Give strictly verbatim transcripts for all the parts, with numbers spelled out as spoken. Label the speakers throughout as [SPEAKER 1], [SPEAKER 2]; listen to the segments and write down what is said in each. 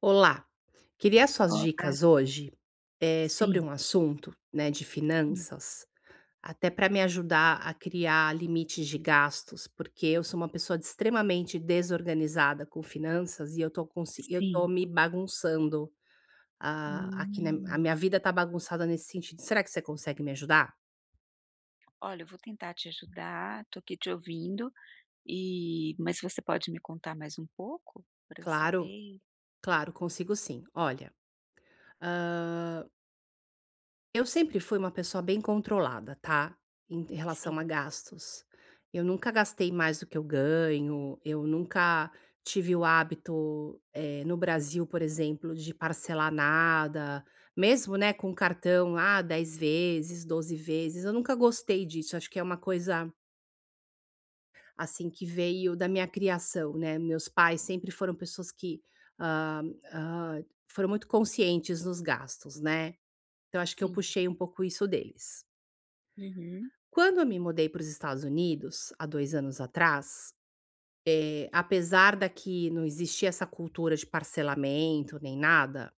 [SPEAKER 1] Olá, queria suas
[SPEAKER 2] Olá,
[SPEAKER 1] dicas hoje, eh, sobre
[SPEAKER 2] sim,
[SPEAKER 1] um assunto, né, de
[SPEAKER 2] hum,
[SPEAKER 1] finanças, até para me ajudar a criar limites de gastos, porque eu sou uma pessoa de extremamente desorganizada com finanças e eu tô consi eu tô
[SPEAKER 2] sim.
[SPEAKER 1] me bagunçando, ah, aqui na a
[SPEAKER 2] Hum.
[SPEAKER 1] minha vida tá bagunçada nesse sentido. Será que você consegue me ajudar?
[SPEAKER 2] Olha, eu vou tentar te ajudar, tô aqui te ouvindo, e mas você pode me contar mais um pouco para eu
[SPEAKER 1] Claro,
[SPEAKER 2] saber?
[SPEAKER 1] claro, consigo sim. Olha, ah, eu sempre fui uma pessoa bem controlada, tá, em relação
[SPEAKER 2] Sim,
[SPEAKER 1] a gastos. Eu nunca gastei mais do que eu ganho, eu nunca tive o hábito, eh, no Brasil, por exemplo, de parcelar nada, mesmo, né, com cartão, ah, dez vezes, doze vezes, eu nunca gostei disso, acho que é uma coisa, assim, que veio da minha criação, né, meus pais sempre foram pessoas que, hã hã, foram muito conscientes nos gastos, né, então acho que eu
[SPEAKER 2] sim.
[SPEAKER 1] puxei um pouco isso deles.
[SPEAKER 2] Uhum.
[SPEAKER 1] Quando eu me mudei para os Estados Unidos, há dois anos atrás, eh, apesar daqui não existir essa cultura de parcelamento nem nada,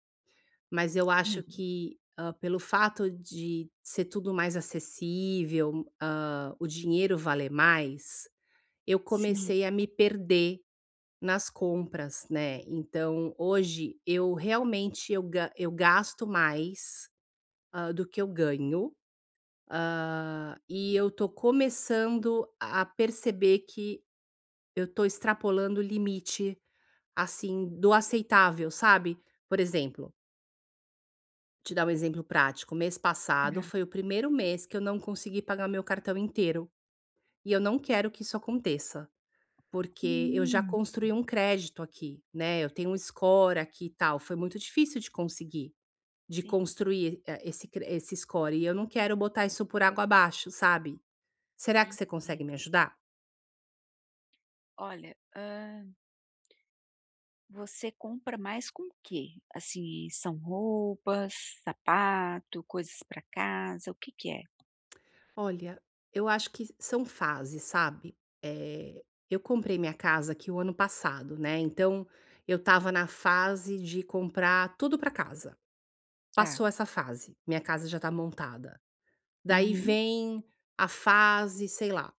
[SPEAKER 1] mas eu
[SPEAKER 2] Sim,
[SPEAKER 1] acho que, hã, pelo fato de ser tudo mais acessível, hã, o dinheiro valer mais, eu
[SPEAKER 2] sim,
[SPEAKER 1] comecei a me perder nas compras, né. Então hoje eu realmente eu ga eu gasto mais, hã, do que eu ganho Hã, e eu tô começando a perceber que eu tô extrapolando o limite, assim, do aceitável, sabe. Por exemplo, te dar um exemplo prático, mês passado
[SPEAKER 2] tá.
[SPEAKER 1] foi o primeiro mês que eu não consegui pagar meu cartão inteiro, e eu não quero que isso aconteça, porque eu já
[SPEAKER 2] Hum,
[SPEAKER 1] construí um crédito aqui, né, eu tenho um score aqui e tal, foi muito difícil de conseguir, de
[SPEAKER 2] sim,
[SPEAKER 1] construir, eh, esse cre esse score, e eu não quero botar isso por água abaixo, sabe. Será que você consegue
[SPEAKER 2] entendo.
[SPEAKER 1] me ajudar?
[SPEAKER 2] Olha, hã, você compra mais com o quê? Assim, são roupas, sapato, coisas para casa, o que que é?
[SPEAKER 1] Olha, eu acho que são fases, sabe. Eh, eu comprei minha casa aqui o ano passado, né, então eu estava na fase de comprar tudo pra casa.
[SPEAKER 2] Tá.
[SPEAKER 1] Passou essa fase, minha casa já tá montada. Daí
[SPEAKER 2] Uhum.
[SPEAKER 1] vem a fase, sei lá,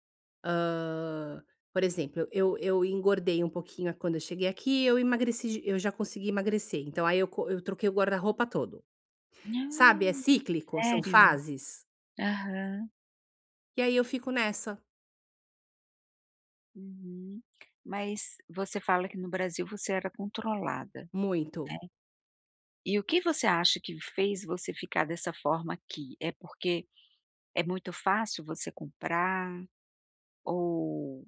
[SPEAKER 1] hã, por exemplo, eu eu engordei um pouquinho quando eu cheguei aqui, eu emagreci de- eu já consegui emagrecer, então aí eu co eu troquei o guarda-roupa todo. Sabe, é
[SPEAKER 2] Ah,
[SPEAKER 1] cíclico, são
[SPEAKER 2] sério?
[SPEAKER 1] fases.
[SPEAKER 2] Aham.
[SPEAKER 1] E aí eu fico nessa,
[SPEAKER 2] Uhum. Mas você fala que no Brasil você era controlada, né.
[SPEAKER 1] muito.
[SPEAKER 2] E o que você acha que fez você ficar dessa forma aqui? É porque é muito fácil você comprar ou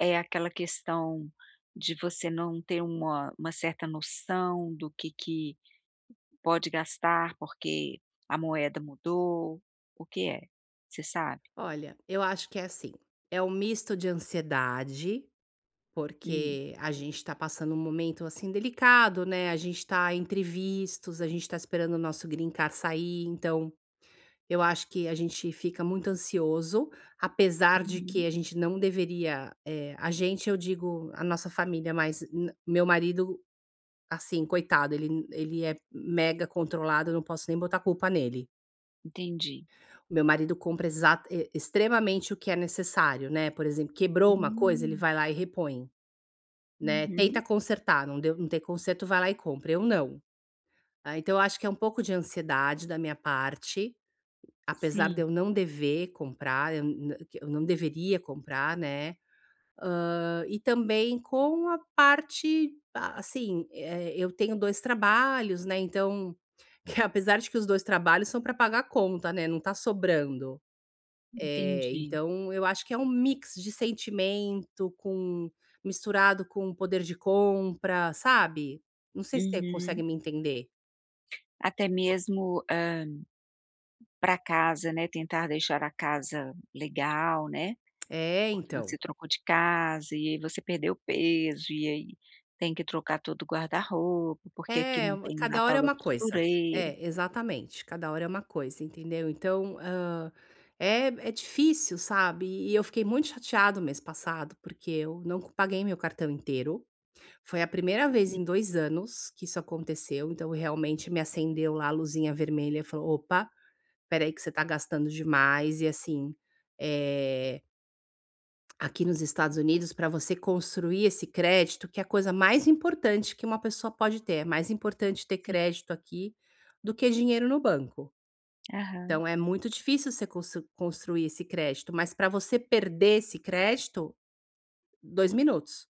[SPEAKER 2] é aquela questão de você não ter uma uma certa noção do que que pode gastar, porque a moeda mudou? O que é? Você sabe?
[SPEAKER 1] Olha, eu acho que é assim, é um misto de ansiedade,
[SPEAKER 2] Hum,
[SPEAKER 1] porque a gente está passando um momento, assim, delicado, né, a gente está entre vistos, a gente está esperando o nosso green card sair, então eu acho que a gente fica muito ansioso, apesar de
[SPEAKER 2] uhum,
[SPEAKER 1] que a gente não deveria, eh, a gente, eu digo, a nossa família, mas n meu marido, assim, coitado, ele ele é mega controlado, eu não posso nem botar culpa nele.
[SPEAKER 2] entendi.
[SPEAKER 1] Meu marido compra exata e extremamente o que é necessário, né, por exemplo, quebrou uma coisa, ele
[SPEAKER 2] Hum,
[SPEAKER 1] vai lá e repõe, né, tenta
[SPEAKER 2] uhum,
[SPEAKER 1] consertar, não deu não tem conserto, vai lá e compra, eu não. Ah, então eu acho que é um pouco de ansiedade da minha parte, apesar de
[SPEAKER 2] sim,
[SPEAKER 1] eu não dever comprar, eu n que eu não deveria comprar, né, hã, e também com a parte, a assim, eh, eu tenho dois trabalhos, né, então, que apesar de que os dois trabalhos são para pagar a conta, né, não tá sobrando. Eh,
[SPEAKER 2] entendi.
[SPEAKER 1] então eu acho que é um mix de sentimento com misturado com poder de compra, sabe. Não sei se você consegue
[SPEAKER 2] Uhum.
[SPEAKER 1] me entender.
[SPEAKER 2] Até mesmo, para casa, né, tentar deixar a casa legal, né,
[SPEAKER 1] É,
[SPEAKER 2] porque você
[SPEAKER 1] então.
[SPEAKER 2] trocou de casa e aí você perdeu peso, e aí tem que trocar todo o guarda-roupa, porque aqui
[SPEAKER 1] É,
[SPEAKER 2] não
[SPEAKER 1] uma
[SPEAKER 2] tem o
[SPEAKER 1] cada hora
[SPEAKER 2] Natal
[SPEAKER 1] é
[SPEAKER 2] da
[SPEAKER 1] uma coisa.
[SPEAKER 2] costureira.
[SPEAKER 1] É, exatamente, cada hora é uma coisa, entendeu. Então, hã, é é difícil, sabe. E eu fiquei muito chateado mês passado, porque eu não paguei meu cartão inteiro. Foi a primeira vez
[SPEAKER 2] Sim,
[SPEAKER 1] em dois anos que isso aconteceu, então realmente me acendeu lá a luzinha vermelha e falou: "Opa, espera aí que você está gastando demais", e assim, eh, aqui nos Estados Unidos, para você construir esse crédito, que é a coisa mais importante que uma pessoa pode ter, é mais importante ter
[SPEAKER 2] sim.
[SPEAKER 1] crédito aqui do que dinheiro no banco.
[SPEAKER 2] Aham,
[SPEAKER 1] Então é muito difícil você consu construir esse crédito, mas para você perder esse crédito, dois minutos,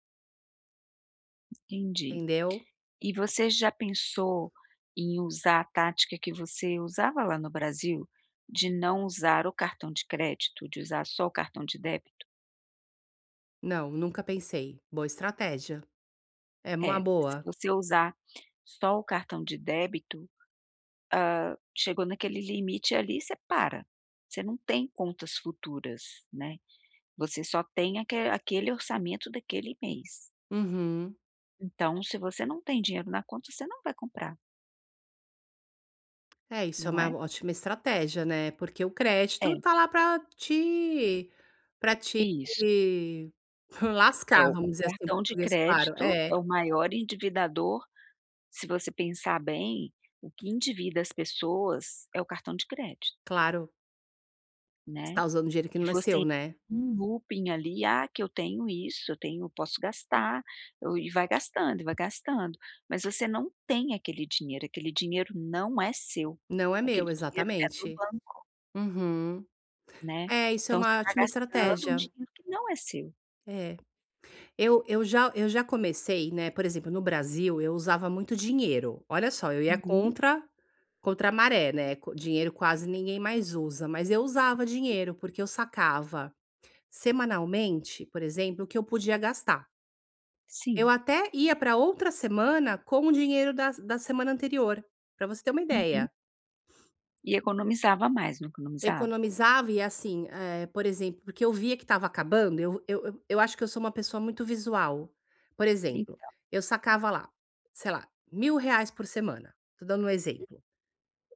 [SPEAKER 2] entendi.
[SPEAKER 1] entendeu?
[SPEAKER 2] E você já pensou em usar a tática que você usava lá no Brasil, de não usar o cartão de crédito, de usar só o cartão de débito?
[SPEAKER 1] Não, nunca pensei. Boa estratégia. É uma
[SPEAKER 2] É, se
[SPEAKER 1] boa.
[SPEAKER 2] você usar só o cartão de débito, chegou naquele limite ali, você para. Você não tem contas futuras, né. Você só tem aque aquele orçamento daquele mês.
[SPEAKER 1] Uhum.
[SPEAKER 2] Então, se você não tem dinheiro na conta, você não vai comprar,
[SPEAKER 1] É, isso é
[SPEAKER 2] não
[SPEAKER 1] uma
[SPEAKER 2] é?
[SPEAKER 1] ótima estratégia, né, porque o
[SPEAKER 2] É,
[SPEAKER 1] crédito tá lá para te para te
[SPEAKER 2] isso. É,
[SPEAKER 1] lascar,
[SPEAKER 2] o
[SPEAKER 1] vamos dizer assim, em
[SPEAKER 2] cartão de
[SPEAKER 1] português claro.
[SPEAKER 2] crédito
[SPEAKER 1] É,
[SPEAKER 2] é o maior endividador, se você pensar bem, o que endivida as pessoas é o cartão de crédito,
[SPEAKER 1] claro, você
[SPEAKER 2] né.
[SPEAKER 1] tá usando dinheiro que
[SPEAKER 2] Que
[SPEAKER 1] não é
[SPEAKER 2] você
[SPEAKER 1] seu,
[SPEAKER 2] entra
[SPEAKER 1] né.
[SPEAKER 2] num looping ali, "Ah, que eu tenho isso, eu tenho posso gastar", ou e vai gastando, e vai gastando. Mas você não tem aquele dinheiro, aquele dinheiro não é seu,
[SPEAKER 1] Não é
[SPEAKER 2] aquele
[SPEAKER 1] meu,
[SPEAKER 2] dinheiro é do
[SPEAKER 1] exatamente.
[SPEAKER 2] banco,
[SPEAKER 1] Uhum.
[SPEAKER 2] né.
[SPEAKER 1] É, isso é
[SPEAKER 2] Então você
[SPEAKER 1] uma
[SPEAKER 2] está
[SPEAKER 1] ótima
[SPEAKER 2] gastando um
[SPEAKER 1] estratégia.
[SPEAKER 2] dinheiro que não é seu.
[SPEAKER 1] É. Eu eu já eu já comecei, né, por exemplo, no Brasil, eu usava muito dinheiro. Olha só, eu ia
[SPEAKER 2] Uhum,
[SPEAKER 1] contra contra a maré, né, co dinheiro quase ninguém mais usa, mas eu usava dinheiro, porque eu sacava. Semanalmente, por exemplo, o que eu podia gastar. Eu
[SPEAKER 2] sim.
[SPEAKER 1] até ia para outra semana com o dinheiro da da semana anterior, para você ter uma
[SPEAKER 2] Uhum.
[SPEAKER 1] ideia.
[SPEAKER 2] E economizava mais, não
[SPEAKER 1] Eu
[SPEAKER 2] economizava?
[SPEAKER 1] Economizava e assim, eh, por exemplo, porque eu via que estava acabando, eu eu eu eu acho que eu sou uma pessoa muito visual. Por
[SPEAKER 2] En
[SPEAKER 1] exemplo, eu sacava lá, sei lá, mil reais por semana, tô dando um exemplo.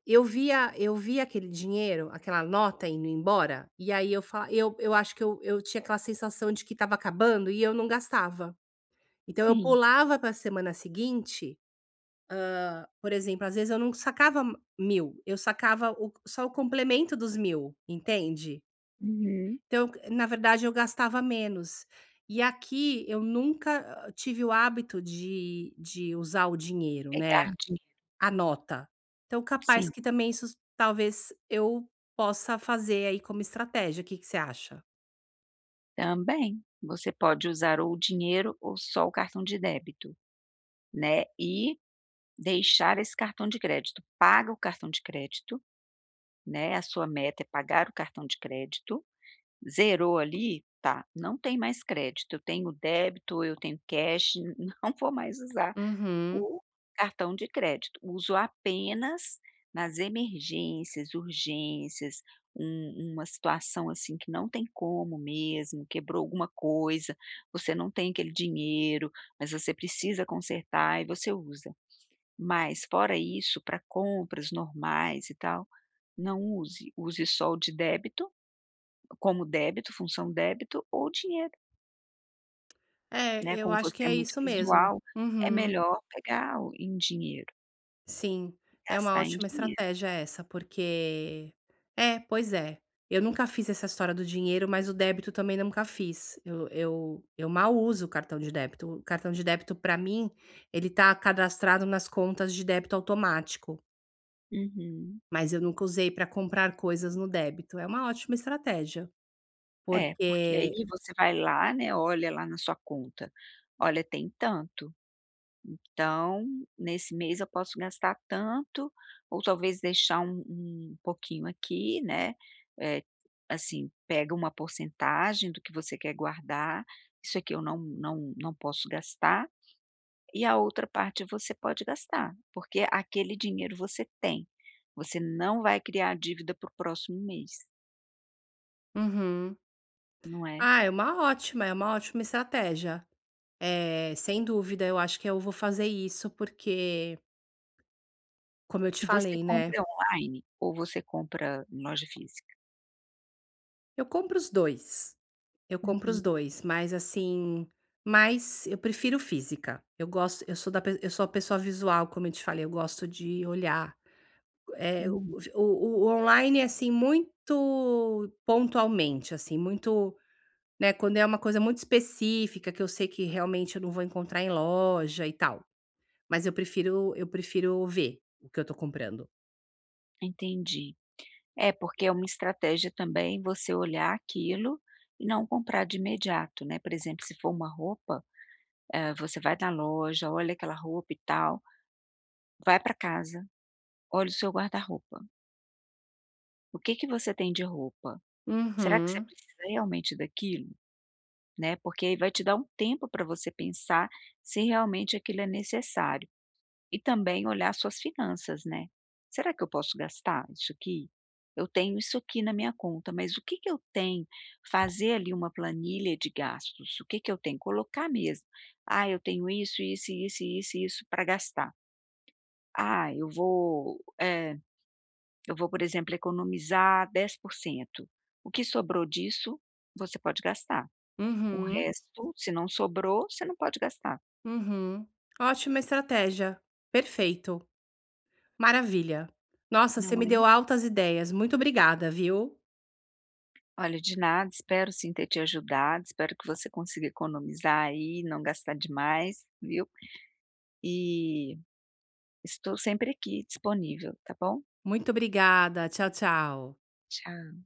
[SPEAKER 1] Eu via eu via aquele dinheiro, aquela nota indo embora, e aí eu fala eu eu acho que eu eu tinha aquela sensação de que estava acabando e eu não gastava. Então eu
[SPEAKER 2] Sim.
[SPEAKER 1] pulava para a semana seguinte, hã, por exemplo, às vezes eu não sacava m- mil, eu sacava o só o complemento dos mil, entende?
[SPEAKER 2] Uhum.
[SPEAKER 1] Então, na verdade, eu gastava menos. E aqui eu nunca ah, tive o hábito de de usar o dinheiro,
[SPEAKER 2] Pegar
[SPEAKER 1] né,
[SPEAKER 2] dinheiro
[SPEAKER 1] a nota. Então capaz
[SPEAKER 2] sim,
[SPEAKER 1] que também isso talvez eu possa fazer aí como estratégia, O que que você acha?
[SPEAKER 2] também. Você pode usar ou o dinheiro ou só o cartão de débito, né, e deixar esse cartão de crédito. Paga o cartão de crédito, né, a sua meta é pagar o cartão de crédito. Zerou ali, tá, não tem mais crédito, eu tenho débito, eu tenho cash, não vou mais usar
[SPEAKER 1] Uhum.
[SPEAKER 2] o cartão de crédito. Uso apenas nas emergências, urgências, um uma situação, assim, que não tem como mesmo, quebrou alguma coisa, você não tem aquele dinheiro, mas você precisa consertar e você usa. Mas fora isso, para compras normais e tal, não use. Use só o de débito, como débito, função débito ou dinheiro,
[SPEAKER 1] É,
[SPEAKER 2] né,
[SPEAKER 1] eu
[SPEAKER 2] como
[SPEAKER 1] acho Acho que
[SPEAKER 2] você é
[SPEAKER 1] é
[SPEAKER 2] muito
[SPEAKER 1] isso mesmo.
[SPEAKER 2] visual, é
[SPEAKER 1] Uhum.
[SPEAKER 2] melhor pegar o em dinheiro,
[SPEAKER 1] Sim, é uma
[SPEAKER 2] gastar em
[SPEAKER 1] ótima
[SPEAKER 2] dinheiro.
[SPEAKER 1] estratégia essa, porque é, pois é. Eu nunca fiz essa história do dinheiro, mas o débito também nunca fiz. Eu eu eu mal uso o cartão de débito. O cartão de débito, para mim, ele tá cadastrado nas contas de débito automático,
[SPEAKER 2] Uhum.
[SPEAKER 1] mas eu nunca usei para comprar coisas no débito. É uma ótima estratégia,
[SPEAKER 2] É, porque aí
[SPEAKER 1] porque.
[SPEAKER 2] você vai lá, né, olha lá na sua conta, olha tem tanto. Então, nesse mês eu posso gastar tanto, ou talvez deixar um um pouquinho aqui, né, eh, assim, pega uma porcentagem do que você quer guardar, isso aqui eu não não não posso gastar, e a outra parte você pode gastar, porque aquele dinheiro você tem, você não vai criar dívida para o próximo mês,
[SPEAKER 1] Uhum.
[SPEAKER 2] não é.
[SPEAKER 1] Ah, é uma ótima, é uma ótima estratégia. Eh, sem dúvida, eu acho que eu vou fazer isso, porque, como eu te
[SPEAKER 2] E você
[SPEAKER 1] falei, né.
[SPEAKER 2] compra online ou você compra em loja física?
[SPEAKER 1] Eu compro os dois. eu compro os
[SPEAKER 2] Uhum,
[SPEAKER 1] dois, mas assim, mas eu prefiro física. Eu gosto eu sou da pe eu sou a pessoa visual, como eu te falei, eu gosto de olhar. Eh, o
[SPEAKER 2] uhum,
[SPEAKER 1] o o online é, assim, muito pontualmente, assim, muito, né, quando é uma coisa muito específica, que eu sei que realmente eu não vou encontrar em loja e tal, mas eu prefiro eu prefiro ver o que eu tô comprando.
[SPEAKER 2] entendi. É, porque é uma estratégia também você olhar aquilo e não comprar de imediato, né. Por exemplo, se for uma roupa, eh, você vai na loja, olha aquela roupa e tal, vai para casa, olha o seu guarda-roupa. O que que você tem de roupa? Será que você
[SPEAKER 1] Uhum,
[SPEAKER 2] precisa realmente daquilo? Né, porque aí vai te dar um tempo para você pensar se realmente aquilo é necessário. E também olhar suas finanças, né. "Será que eu posso gastar isso aqui? Eu tenho isso aqui na minha conta, mas o que que eu tenho?" Fazer ali uma planilha de gastos. O que que eu tenho? Colocar mesmo. "Ah, eu tenho isso, isso, isso, isso isso para gastar. Ah, eu vou, eh, eu vou, por exemplo, economizar dez por cento. O que sobrou disso, você pode gastar. O
[SPEAKER 1] uhum,
[SPEAKER 2] resto, se não sobrou, você não pode gastar",
[SPEAKER 1] uhum. Ótima estratégia, perfeito. Maravilha. Nossa, você
[SPEAKER 2] não
[SPEAKER 1] me
[SPEAKER 2] é?
[SPEAKER 1] deu altas ideias. Muito obrigada, viu.
[SPEAKER 2] Olha, de nada, espero sim ter te ajudado, espero que você consiga economizar aí, não gastar demais, viu? E estou sempre aqui disponível, tá bom?
[SPEAKER 1] Muito obrigada. Tchau, tchau.
[SPEAKER 2] Tchau.